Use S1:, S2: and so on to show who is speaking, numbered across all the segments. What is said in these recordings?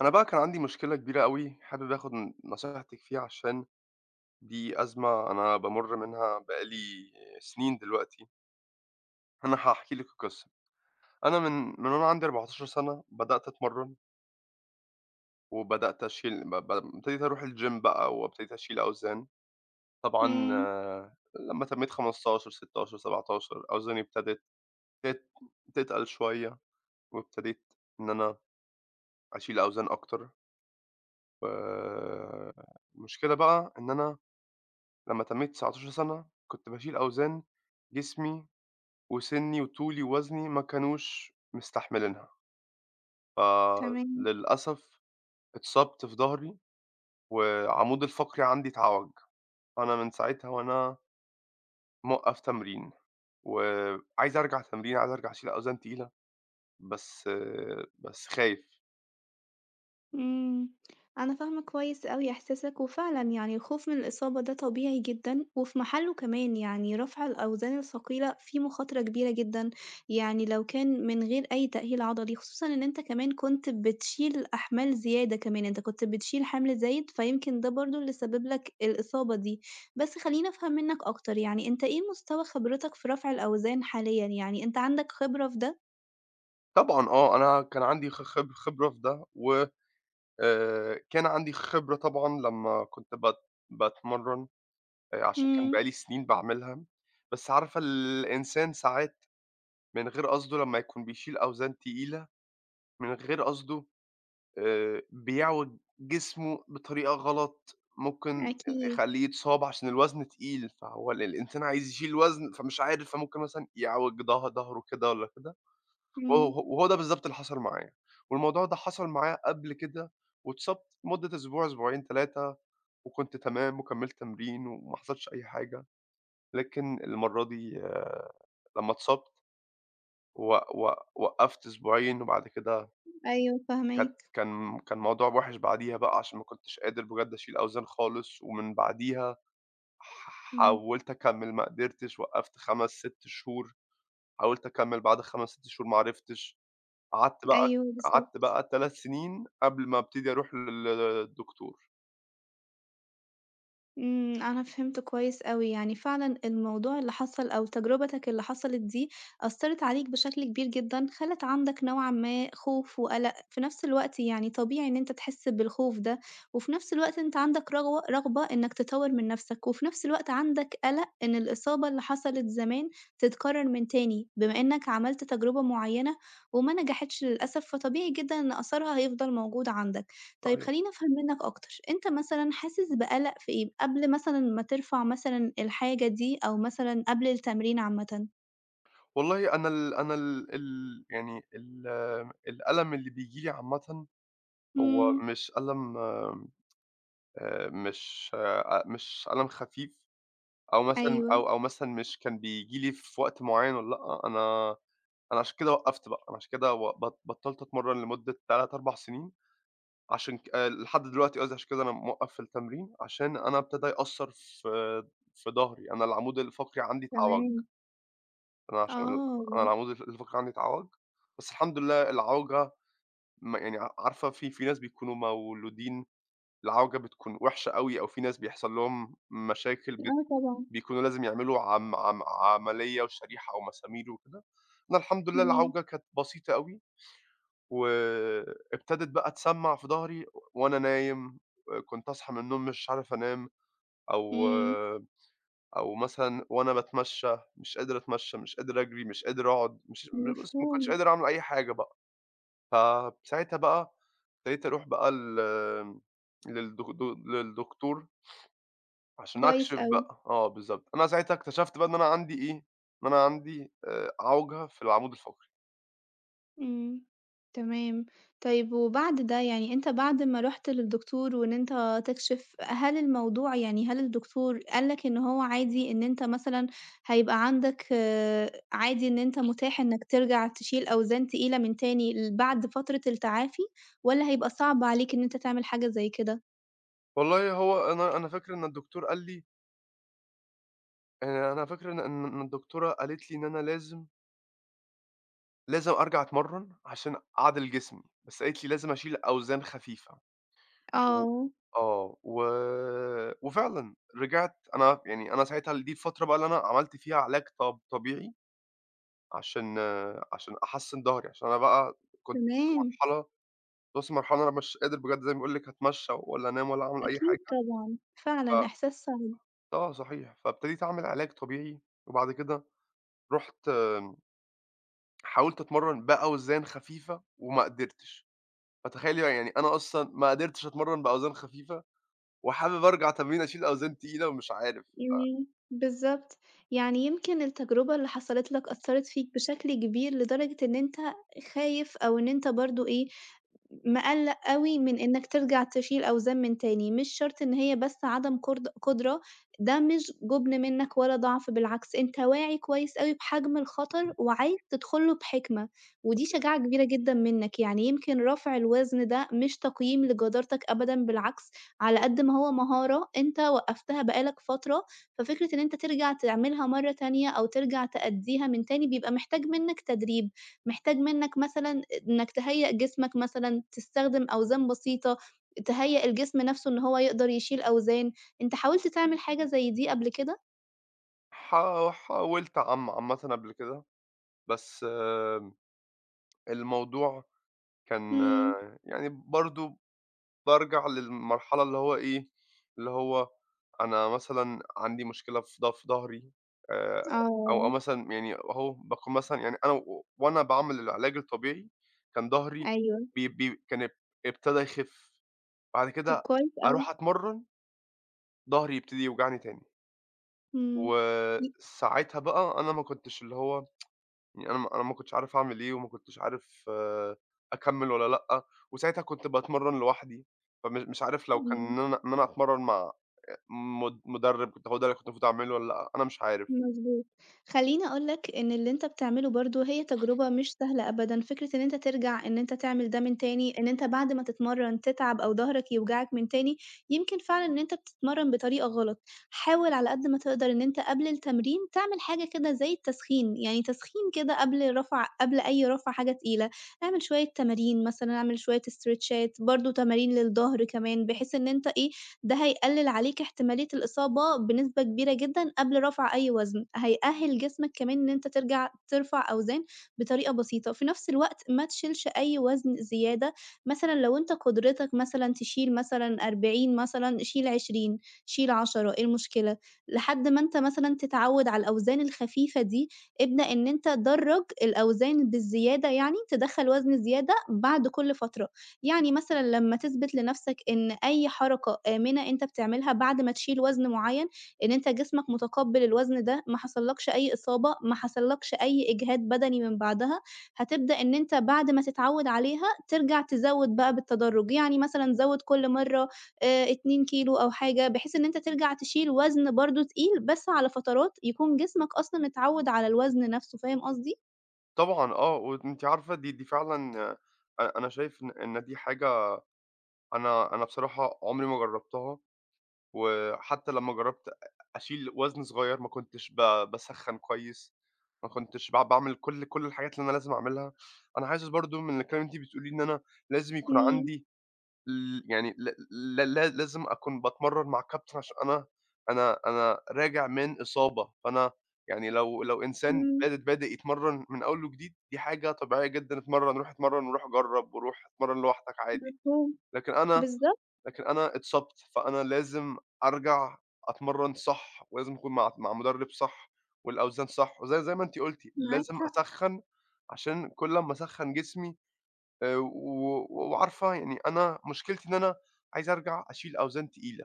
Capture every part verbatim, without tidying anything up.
S1: أنا بقى كان عندي مشكلة كبيرة أوي، حابب آخد ن نصيحتِك فيها عشان دي أزمة أنا بامُر منها بقى لي سنين دلوقتي. أنا هاحكي لِك القصة. أنا من من وأنا عندي أربعة عشرة سنة سَنة بدأت أتمرّن، وبدأت أشيل ب ب ابتديت أروح الgym بقى وابتديت أشيل أوزان. طبعًا
S2: إمم،
S1: آه، لمّا تمّيت خمسة عشر، ستاشر، سبعة عشر أوزاني ابتدت تت تتقل شوية، وابتديت إن أنا أشيل أوزان أكتر. والمشكلة بقى إن أنا لمّا تمّيت تسعتاشر سنة سَنة، كنت باشيل أوزان جسمي وسِنّي وطولي ووزني ما كانوش مستحملينها،
S2: تمام،
S1: فللأسف اتصبت في ضهري والعمود الفقري عندي اتعوج، فأنا من ساعتها وأنا موقّف تمرين، وعايز أرجع تمرين، عايز أرجع أشيل أوزان تقيلة، بس بس خايف.
S2: إمم، أنا فاهمة كويس أوي إحساسك، وفعلًا يعني الخوف من الإصابة ده طبيعي جدًا، وفي محله كمان يعني رفع الأوزان الثقيلة فيه مخاطرة كبيرة جدًا، يعني لو كان من غير أي تأهيل عضلي، خصوصًا إن أنت كمان كنت بتشيل أحمال زيادة كمان، أنت كنت بتشيل حمل زايد، فيمكن ده برضه اللي سبب لك الإصابة دي، بس خلّيني أفهم منك أكتر، يعني أنت إيه مستوى خبرتك في رفع الأوزان حاليًا، يعني أنت عندك خبرة في ده؟
S1: طبعًا آه، أنا كان عندي خ خب خبرة في ده و آآ، كان عندي خبرة طبعًا لمّا كنت بت باتمرّن آآ عشان كان
S2: إمم،
S1: بقى لي سنين باعملها، بس عارفة الإنسان ساعات من غير قصده لمّا يكون بيشيل أوزان تقيلة من غير قصده آآ بيعوج جسمه بطريقة غلط، ممكن
S2: أكيد،
S1: يخلّيه يتصاب عشان الوزن تقيل، فهو ال الإنسان عايز يشيل وزن فمش عارف، فممكن مثلًا يعوج ضه ضهره كده والّا كده،
S2: إمم.
S1: وهو وهو ده بالضبط اللي حصل معايا، والموضوع ده حصل معايا قبل كده واتصبت لمدة أسبوع، أسبوعين، ثلاثة، وكنت تمام وكمّلت تمرين وما حصلش أي حاجة. لكن المرّة دي آآ لمّا اتصبت و و وقّفت أسبوعين وبعد كده
S2: أيوه
S1: كانت
S2: فاهماك،
S1: كان كان الموضوع وِحِش بعديها بقى عشان ما كنتش قادر بجد أشيل أوزان خالص، ومن بعديها ح
S2: إمم.
S1: حاولت أكمّل ما قدرتش، وقّفت خمس شهور، 6 شهور، حاولت أكمّل بعد خمس شهور، 6 شهور ما عرفتش، قعدت بقى
S2: أيوه
S1: قعدت
S2: بالضبط،
S1: بقى 3 سنين قبل ما أبتدي أروح لل للدكتور.
S2: إمم، أنا فهمت كويس أوي، يعني فعلًا الموضوع اللي حصل أو تجربتك اللي حصلت دي أثّرت عليك بشكل كبير جدًا، خلت عندك نوعًا ما خوف وقلق، في نفس الوقت يعني طبيعي إن أنت تحس بالخوف ده، وفي نفس الوقت أنت عندك رغوة رغبة إنك تطوّر من نفسك، وفي نفس الوقت عندك قلق إن الإصابة اللي حصلت زمان تتكرر من تاني، بما إنك عملت تجربة معيّنة وما نجحتش للأسف، فطبيعي جدًا إن أثرها هيفضل موجود عندك. طيب
S1: صحيح.
S2: خلّيني أفهم منّك أكتر، أنت مثلًا حاسس بقلق في إيه؟ قبل مثلًا ما ترفع مثلًا الحاجة دي أو مثلًا قبل التمرين عامةً؟
S1: والله أنا ال أنا ال ال يعني ال الألم اللي بييجي لي عامةً هو
S2: إمم،
S1: مش قلم. آمم، آآ مش أ مش قلم خفيف أو مثلًا،
S2: أيوه،
S1: أو أو مثلًا مش كان بييجي لي في وقت معيّن والّا لأ، أنا أنا عشان كده وقّفت بقى، أنا عشان كده و بط بطّلت أتمرّن لمدة ثلاثة، 4 سنين عشان ك آآ لحد دلوقتي، قصدي عشان كده أنا موقّف في التمرين، عشان أنا ابتدى يأثّر في في ضهري، أنا العمود الفقري عندي اتعوج،
S2: تمام.
S1: أنا عشان ال أنا
S2: آه،
S1: العمود الف الفقري عندي اتعوج، بس الحمد لله العوجة ما يعني ع عارفة، في في ناس بيكونوا مولودين العوجة بتكون وحشة أوي، أو في ناس بيحصل لهم مشاكل بت
S2: آه طبعًا،
S1: بيكونوا لازم يعملوا عم عم عملية وشريحة أو مسامير وكده. أنا الحمد لله
S2: إمم،
S1: العوجة كانت بسيطة أوي، وابتدت بقى تسمّع في ضهري وأنا نايم، كنت أصحى من النوم مش عارف أنام، أو
S2: إمم،
S1: أو مثلًا وأنا باتمشى مش قادر أتمشى، مش قادر أجري، مش قادر أقعد، مش بُص ما كنتش
S2: مفهوم،
S1: قادر أعمل أي حاجة بقى. فساعتها بقى ابتديت أروح بقى ال للدك د للدكتور عشان
S2: كويس
S1: أكشف
S2: أوي.
S1: بقى، آه بالضبط. أنا ساعتها اكتشفت بقى إن أنا عندي إيه، إن أنا عندي آآ عوجة في العمود الفقري.
S2: إمم، تمام. طيب وبعد ده يعني أنت بعد ما رُحت للدكتور وإن أنت تكشف، هل الموضوع يعني هل الدكتور قال لك إن هو عادي إن أنت مثلًا هيبقى عندك آه، عادي إن أنت متاح إنك ترجع تشيل أوزان تقيلة من تاني ل بعد فترة التعافي، والّا هيبقى صعب عليك إن أنت تعمل حاجة زي كده؟
S1: والله هو أنا أنا فاكر إن الدكتور قال لي، آآ أنا فاكر إن إن إن الدكتورة قالت لي إن أنا لازم، لازم أرجع أتمرّن عشان أعدِل جسمي، بس قالت لي لازم أشيل أوزان خفيفة و
S2: آه،
S1: آه. و وفعلًا رجعت. أنا يعني أنا ساعتها ال دي الفترة بقى اللي أنا عملت فيها علاج طب طبيعي عشان آه، عشان أحسِّن ضهري، عشان أنا بقى كنت واصل
S2: تمام.
S1: لمرحلة، توصل لمرحلة أنا مش قادر بجد، زي ما باقول لِك هاتمشّى ولا أنام ولا أعمل أي
S2: أكيد
S1: حاجة.
S2: طبعًا، فعلًا
S1: ف
S2: إحساس صعب.
S1: آه صحيح، فابتديت أعمل علاج طبيعي، وبعد كده رُحت، آمم، حاولت أتمرّن بأوزان خفيفة وما قدرتش، فتخيّلي بقى يعني أنا أصلًا ما قدرتش أتمرّن بأوزان خفيفة، وحابب أرجع تمرين أشيل أوزان تقيلة ومش عارف.
S2: إمم، بالضبط، يعني يمكن التجربة اللي حصلت لك أثّرت فيك بشكل كبير لدرجة إن أنت خايف أو إن أنت برضه إيه، مقلّق أوي من إنّك ترجع تشيل أوزان من تاني، مش شرط إن هي بس عدم قرد قدرة، ده مش جُبن منّك ولا ضعف بالعكس، أنت واعي كويس أوي بحجم الخطر وعايز تدخل له بحكمة، ودي شجاعة كبيرة جدًا منّك، يعني يمكن رفع الوزن ده مش تقييم لجدارتك أبدًا بالعكس، على قد ما هو مهارة أنت وقّفتها بقى لك فترة، ففكرة إن أنت ترجع تعملها مرّة تانية أو ترجع تأدّيها من تاني بيبقى محتاج منّك تدريب، محتاج منّك مثلًا إنك تهيّأ جسمك مثلًا، تستخدم أوزان بسيطة، تهيّأ الجسم نَفْسه إن هو يقدر يشيل أوزان، أنت حاولت تعمل حاجة زي دي قبل كده؟
S1: حا حاولت عم عامةً قبل كده، بس آمم، الموضوع كان
S2: إمم،
S1: يعني برضه بارجع للمرحلة اللي هو إيه، اللي هو أنا مثلًا عندي مشكلة في ض في ضهري، آآ، أو أو
S2: آه،
S1: مثلًا يعني أهو باكون مثلًا، يعني أنا و وأنا باعمل العلاج الطبيعي كان ضهري
S2: أيوه،
S1: بي بي كان اب ابتدى يخف، بعد
S2: طَب
S1: كده
S2: كويس أوي،
S1: أروح أتمرّن ضهري يبتدي يوجعني تاني،
S2: إمم، ي
S1: وساعتها بقى أنا ما كنتش اللي هو، يعني أنا ما أنا ما كنتش عارف أعمل إيه، وما كنتش عارف آه، أكمّل والّا لأ. وساعتها كنت باتمرّن لوحدي، فمش مش عارف لو كان
S2: إمم.
S1: إن أنا إن أنا أتمرّن مع آه، مد مُدرِّب، كنت هو ده اللي كنت المفروض أعمله والّا لأ، أنا مش عارف.
S2: مضبوط. خلّيني أقول لك إن اللي أنت بتعمله برضه هي تجربة مش سهلة أبدًا، فكرة إن أنت ترجع إن أنت تعمل ده من تاني، إن أنت بعد ما تتمرّن تتعب أو ضهرك يوجعك من تاني، يمكن فعلًا إن أنت بتتمرّن بطريقة غلط. حاول على قد ما تقدر إن أنت قبل التمرين تعمل حاجة كده زي التسخين، يعني تسخين كده قبل رفع قبل أي رفع حاجة تقيلة، اعمل شوية تمارين مثلًا، اعمل شوية استريتشات، برضه تمارين للضهر كمان، بحيث إن أنت إيه، ده هيقلل عليك احتمالية الإصابة بنسبة كبيرة جدًا قبل رفع أي وزن، هيأهل جسمك كمان إن أنت ترجع ترفع أوزان بطريقة بسيطة، في نفس الوقت ما تشيلش أي وزن زيادة، مثلًا لو أنت قدرتك مثلًا تشيل مثلًا أربعين مثلًا شيل عشرين شيل عشرة إيه المشكلة؟ لحد ما أنت مثلًا تتعود على الأوزان الخفيفة دي، ابدأ إن أنت دَرّج الأوزان بالزيادة يعني، تدخّل وزن زيادة بعد كل فترة. يعني مثلًا لمّا تثبت لنَفْسك إن أي حركة آمنة أنت بتعملها بعد ما تشيل وزن معيّن، إن أنت جسمك متقبّل الوزن ده، ما حصلكش أي إصابة، ما حصلكش أي إجهاد بدني من بعدها، هتبدأ إن أنت بعد ما تتعوّد عليها ترجع تزوّد بقى بالتدرُّج، يعني مثلًا زوّد كل مرّة آآ اتنين كيلو أو حاجة، بحيث إن أنت ترجع تشيل وزن برضه تقيل بس على فترات يكون جسمك أصلًا اتعوّد على الوزن نَفْسه، فاهم قصدي؟
S1: طبعًا آه، وأنتِ عارفة دي دي فعلًا آه، أ أنا شايف إن إن دي حاجة أنا أنا بصراحة عمري ما جرّبتها. وحتى لمّا جرّبت أ أشيل وزن صغير ما كنتش ب باسخّن كويس، ما كنتش ب باعمل كل كل الحاجات اللي أنا لازم أعملها. أنا حاسس برضه من الكلام اللي أنتِ بتقوليه إن أنا لازم يكون
S2: إمم،
S1: عندي ال يعني ل ل ل لازم أكون باتمرّن مع كابتن، عشان أنا أنا أنا راجع من إصابة، فأنا يعني لو لو إنسان
S2: إمم،
S1: بادئ بادئ يتمرّن من أول وجديد، دي حاجة طبيعية جدًا، اتمرّن، روح اتمرّن وروح جرّب وروح اتمرّن لوحدك عادي،
S2: مفهوم،
S1: لكن أنا،
S2: بالضبط،
S1: لكن أنا اتصبت، فأنا لازم أرجع أتمرّن صح، ولازم أكون مع مع مدرب صح، والأوزان صح، وزي زي ما أنتِ قُلتِ
S2: معاك
S1: لازم
S2: حق،
S1: أسخّن، عشان كل أمّا أسخّن جسمي آآ، و و- وعارفة يعني أنا مشكلتي إن أنا عايز أرجع أشيل أوزان تقيلة،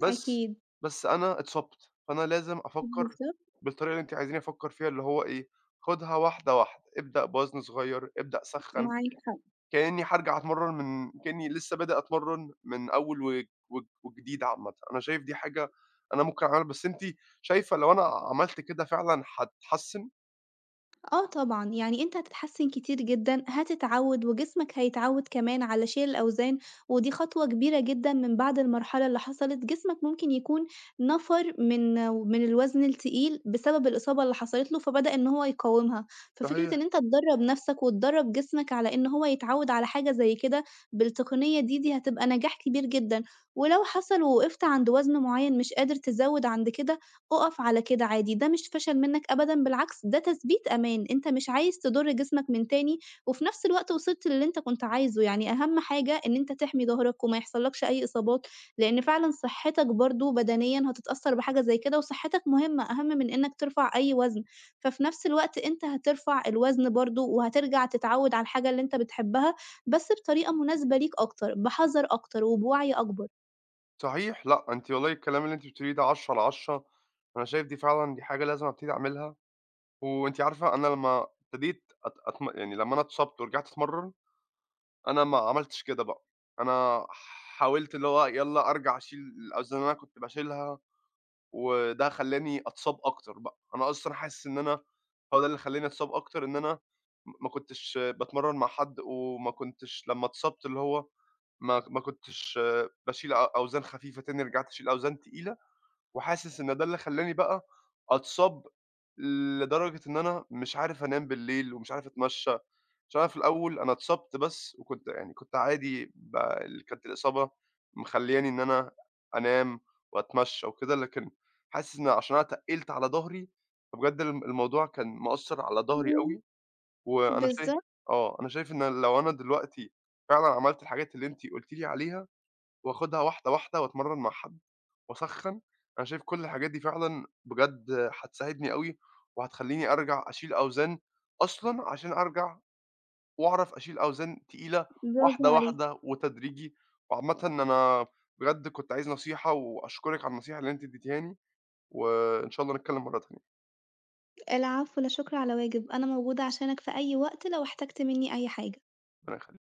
S1: بس
S2: أكيد.
S1: بس أنا اتصبت، فأنا لازم أفكّر
S2: بالضبط،
S1: بالطريقة اللي أنتِ عايزينّي أفكّر فيها اللي هو إيه، خُدها واحدة، واحدة، ابدأ بوزن صغير، ابدأ سخّن.
S2: معاك حق.
S1: كإنّي هارجع أتمرّن من، كإنّي لسّه بادئ أتمرّن من أول وج وج وجديد عامةً، أنا شايف دي حاجة أنا ممكن أعملها، بس أنتِ شايفة لو أنا عملت كده فعلًا هتتحسّن؟
S2: آه طبعًا، يعني أنت هتتحسّن كتير جدًا، هتتعوّد وجسمك هيتعوّد كمان على شيل الأوزان، ودي خطوة كبيرة جدًا من بعد المرحلة اللي حصلت، جسمك ممكن يكون نفَر من من الوزن التقيل بسبب الإصابة اللي حصلت له، فبدأ إن هو يقاومها. ففكرة
S1: صحيح،
S2: إن أنت تدرّب نَفْسك وتدرّب جسمك على إن هو يتعوّد على حاجة زي كده بالتقنية دي، دي هتبقى نجاح كبير جدًا. ولو حصل ووقفت عند وزن معيّن مش قادر تزوّد عند كده أُقَف على كده عادي، ده مش فشل منّك أبدًا بالعكس ده تثبيت أمان، أنت مش عايز تضُر جسمك من تاني، وفي نفس الوقت وصلت للي أنت كنت عايزه، يعني أهم حاجة إن أنت تحمي ضهرك وما يحصلكش أي إصابات، لإن فعلًا صحتك برضه بدنيًا هتتأثّر بحاجة زي كده، وصحتك مهمة أهم من إنّك ترفع أي وزن، ففي نفس الوقت أنت هترفع الوزن برضه وهترجع تتعوّد على الحاجة اللي أنت بتحبها، بس بطريقة مناسبة ليك أكتر، بحذر أكتر وبوعي أكبر.
S1: صحيح، لأ أنتِ والله الكلام اللي أنتِ بتقوليه ده عشرة على عشرة، أنا شايف دي فعلًا دي حاجة لازم أبتدي أعملها، وأنتِ عارفة أنا لمّا ابتديت أت أتم يعني لمّا أنا اتصبت ورجعت أتمرّن، أنا ما عملتش كده بقى، أنا حاولت اللي هو، يالّا أرجع أشيل الأوزان اللي أنا كنت باشيلها، وده خلّاني أتصاب أكتر بقى، أنا أصلًا حاسس إن أنا هو ده اللي خلّاني أتصاب أكتر، إن أنا م ما كنتش باتمرّن مع حد، وما كنتش لمّا اتصبت اللي هو ما ما كنتش باشيل أ أوزان خفيفة تاني، رجعت أشيل أوزان تقيلة، وحاسس إن ده اللي خلّاني بقى أتصاب لدرجة إن أنا مش عارف أنام بالليل، ومش عارف أتمشّى. عشان أنا في الأول أنا اتصبت بس، وكنت يعني كنت عادي، ب ال كانت الإصابة مخلّياني إن أنا أنام وأتمشّى وكده، لكن حاسس إن عشان أنا اتقّلت على ضهري، فبجد الم الموضوع كان مأثّر على ضهري
S2: إمم،
S1: أوي، وأنا شايف
S2: بالضبط،
S1: آه، أنا شايف إن لو أنا دلوقتي فعلًا عملت الحاجات اللي أنتِ قُلتِ لي عليها، وآخُدها واحدة، واحدة، وأتمرّن مع حد وأسخّن، أنا شايف كل الحاجات دي فعلًا بجد هتساعدني أوي، وهتخلّيني أرجع أشيل أوزان، أصلًا عشان أرجع وأعرف أشيل أوزان تقيلة
S2: برافو
S1: واحدة،
S2: عليك.
S1: واحدة وتدريجي. وعامةً أنا بجد كنت عايز نصيحة، وأشكرِك على النصيحة اللي أنتِ اديتيهاني، وإن شاء الله نتكلم مرة تانية،
S2: العفو، لا شكر على واجب، أنا موجودة عشانك في أي وقت لو احتجت مني أي حاجة.
S1: ربنا يخليكِ.